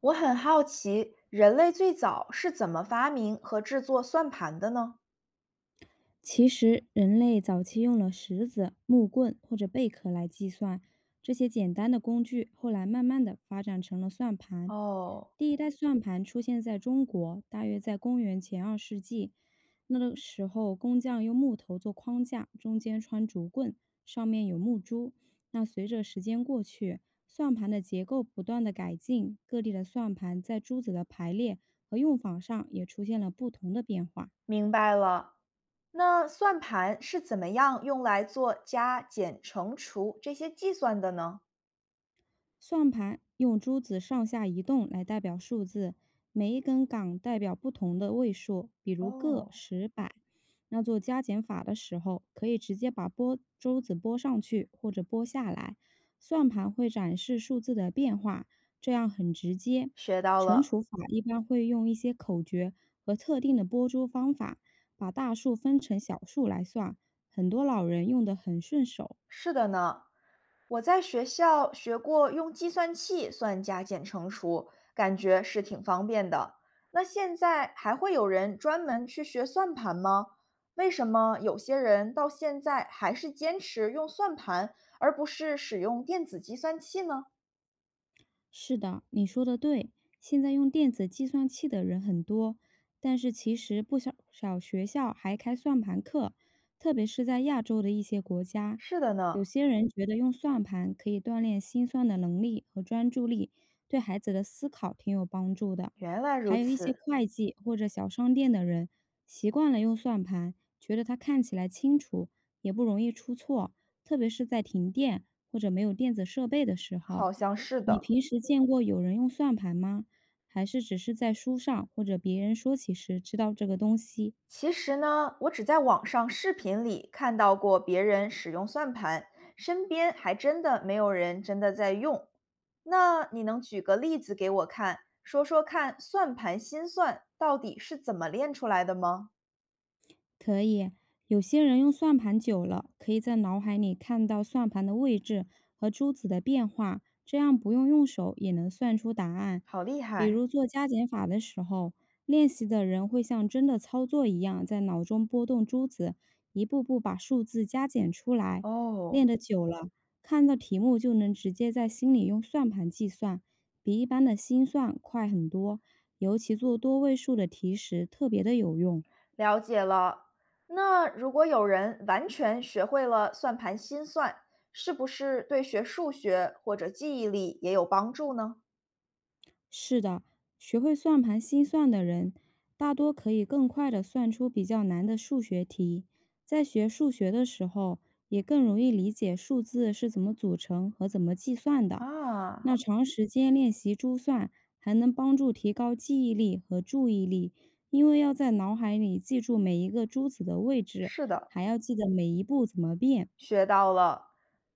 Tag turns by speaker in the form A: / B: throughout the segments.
A: 我很好奇，人类最早是怎么发明和制作算盘的呢？
B: 其实，人类早期用了石子、木棍或者贝壳来计算，这些简单的工具后来慢慢的发展成了算盘。
A: 哦，
B: 第一代算盘出现在中国，大约在公元前2世纪。那个时候，工匠用木头做框架，中间穿竹棍，上面有木珠。那随着时间过去，算盘的结构不断的改进，各地的算盘在珠子的排列和用法上也出现了不同的变化。
A: 明白了。那算盘是怎么样用来做加、减、乘、除这些计算的呢？
B: 算盘用珠子上下移动来代表数字，每一根杆代表不同的位数，比如个、
A: 哦，
B: 十、百。那做加减法的时候，可以直接把拨珠子拨上去或者拨下来，算盘会展示数字的变化，这样很直接。
A: 学到
B: 乘
A: 了。
B: 除法一般会用一些口诀和特定的拨珠方法，把大数分成小数来算，很多老人用得很顺手。
A: 是的呢，我在学校学过用计算器算加减乘除，感觉是挺方便的。那现在还会有人专门去学算盘吗？为什么有些人到现在还是坚持用算盘，而不是使用电子计算器呢？
B: 是的，你说的对。现在用电子计算器的人很多，但是其实不少学校还开算盘课，特别是在亚洲的一些国家，
A: 是的
B: 有
A: 呢，
B: 些人觉得用算盘可以锻炼心算的能力和专注力，对孩子的思考挺有帮助的。
A: 原来如
B: 还有一些
A: 此，
B: 会计或者小商店的人习惯了用算盘，觉得它看起来清楚，也不容易出错，特别是在停电或者没有电子设备的时候。
A: 好像是
B: 你
A: 的。
B: 平时见过有人用算盘吗？还是只是在书上或者别人说起时知道这个东西？
A: 其实呢，我只在网上视频里看到过别人使用算盘，身边还真的没有人真的在用。那你能举个例子给我看，说说看算盘心算到底是怎么练出来的吗？
B: 可以，有些人用算盘久了，可以在脑海里看到算盘的位置和珠子的变化，这样不用手也能算出答案。
A: 好厉
B: 比
A: 害
B: 如做加减法的时候，练习的人会像真的操作一样，在脑中拨动珠子，一步步把数字加减出来。练
A: 哦，
B: 得久了，看到题目就能直接在心里用算盘计算，比一般的心算快很多，尤其做多位数的题时特别的有用。
A: 了解了。那如果有人完全学会了算盘心算，是不是对学数学或者记忆力也有帮助呢？
B: 是的，学会算盘心算的人，大多可以更快地算出比较难的数学题。在学数学的时候，也更容易理解数字是怎么组成和怎么计算的。那
A: 啊，
B: 长时间练习珠算，还能帮助提高记忆力和注意力，因为要在脑海里记住每一个珠子的位置，
A: 是的。
B: 还要记得每一步怎么变。
A: 学到了。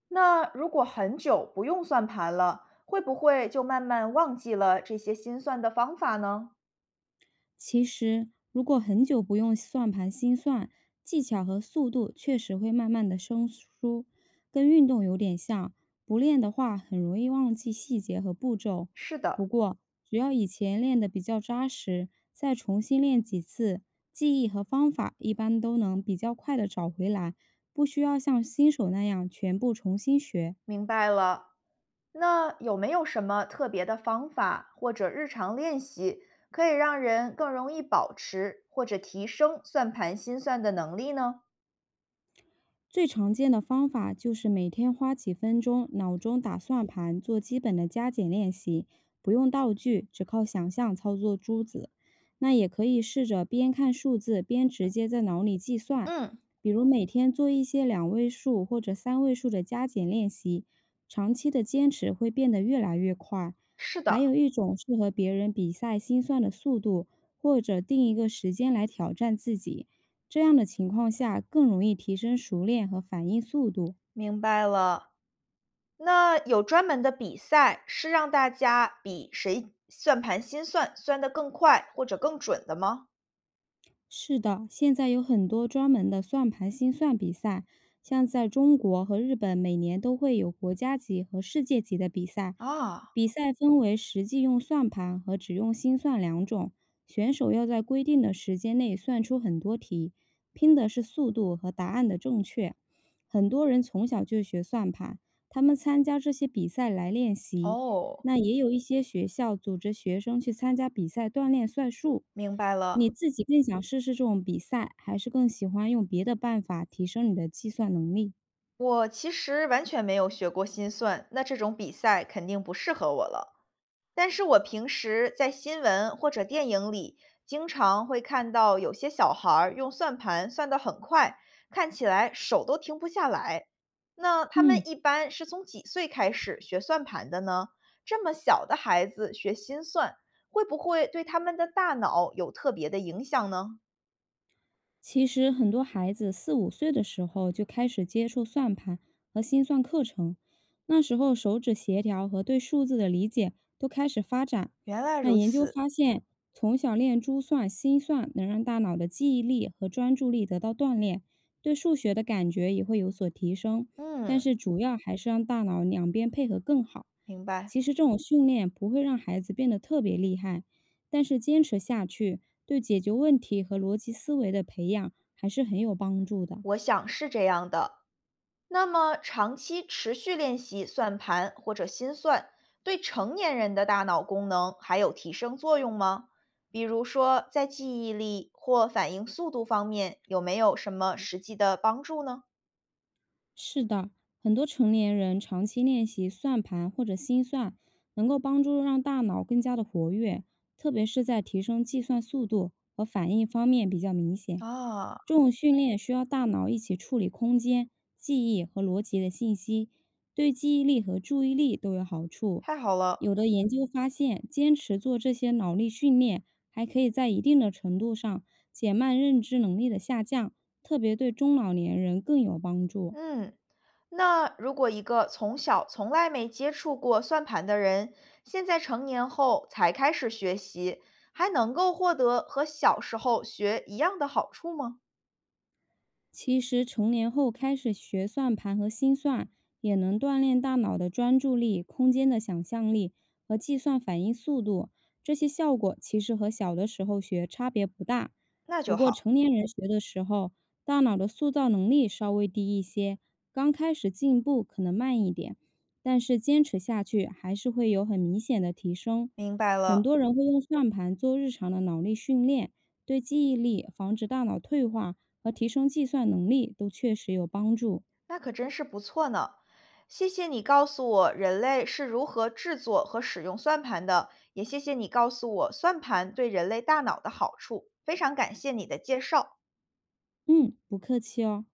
A: 那如果很久不用算盘了，会不会就慢慢忘记了这些心算的方法呢？
B: 其实，如果很久不用算盘心算，技巧和速度确实会慢慢的生疏，跟运动有点像。不练的话，很容易忘记细节和步骤。
A: 是
B: 不
A: 的，
B: 过，只要以前练得比较扎实，再重新练几次，记忆和方法一般都能比较快的找回来，不需要像新手那样全部重新学。
A: 明白了。那有没有什么特别的方法或者日常练习，可以让人更容易保持或者提升算盘心算的能力呢？
B: 最常见的方法就是每天花几分钟，脑中打算盘，做基本的加减练习，不用道具，只靠想象操作珠子。那也可以试着边看数字边直接在脑里计算，
A: 嗯，
B: 比如每天做一些2位数或者3位数的加减练习，长期的坚持会变得越来越快。
A: 是
B: 还
A: 的，
B: 有一种是和别人比赛心算的速度，或者定一个时间来挑战自己。这样的情况下更容易提升熟练和反应速度。
A: 明白了。那有专门的比赛是让大家比谁算盘心算算得更快或者更准的吗？
B: 是的，现在有很多专门的算盘心算比赛，像在中国和日本，每年都会有国家级和世界级的比赛。
A: 啊，
B: 比赛分为实际用算盘和只用心算两种，选手要在规定的时间内算出很多题，拼的是速度和答案的正确。很多人从小就学算盘，他们参加这些比赛来练习。
A: 哦，
B: 那也有一些学校组织学生去参加比赛锻炼算术。
A: 明白
B: 你
A: 了。
B: 自己更想试试这种比赛，还是更喜欢用别的办法提升你的计算能力？
A: 我其实完全没有学过心算，那这种比赛肯定不适合我了。但是我平时在新闻或者电影里，经常会看到有些小孩儿用算盘算得很快，看起来手都停不下来。那他
B: 嗯，
A: 们一般是从几岁开始学算盘的呢？这么小的孩子学心算，会不会对他们的大脑有特别的影响呢？
B: 其实很多孩子4、5岁的时候就开始接触算盘和心算课程，那时候手指协调和对数字的理解都开始发展。
A: 原来
B: 那
A: 如
B: 研究
A: 此，
B: 发现，从小练珠算、心算能让大脑的记忆力和专注力得到锻炼，对数学的感觉也会有所提升。但
A: 嗯。
B: 是主要还是让大脑两边配合更好。
A: 明白，
B: 其实这种训练不会让孩子变得特别厉害，但是坚持下去，对解决问题和逻辑思维的培养还是很有帮助的。
A: 我想是这样的。那么，长期持续练习算盘或者心算，对成年人的大脑功能还有提升作用吗？比如说，在记忆力或反应速度方面，有没有什么实际的帮助呢？
B: 是的，很多成年人长期练习算盘或者心算，能够帮助让大脑更加的活跃，特别是在提升计算速度和反应方面比较明显。
A: 啊，
B: 这种训练需要大脑一起处理空间、记忆和逻辑的信息，对记忆力和注意力都有好处。
A: 太好了。
B: 有的研究发现，坚持做这些脑力训练，还可以在一定的程度上减慢认知能力的下降，特别对中老年人更有帮助。
A: 嗯，那如果一个从小从来没接触过算盘的人，现在成年后才开始学习，还能够获得和小时候学一样的好处吗？
B: 其实成年后开始学算盘和心算，也能锻炼大脑的专注力、空间的想象力和计算反应速度。这些效果其实和小的时候学差别不大，
A: 那
B: 不
A: 就
B: 过
A: 好。
B: 成年人学的时候，大脑的塑造能力稍微低一些，刚开始进步可能慢一点，但是坚持下去还是会有很明显的提升。
A: 明白
B: 很
A: 了，
B: 多人会用算盘做日常的脑力训练，对记忆力、防止大脑退化和提升计算能力都确实有帮助。
A: 那可真是不错呢。谢谢你告诉我人类是如何制作和使用算盘的，也谢谢你告诉我算盘对人类大脑的好处，非常感谢你的介绍。
B: 嗯，不客气哦。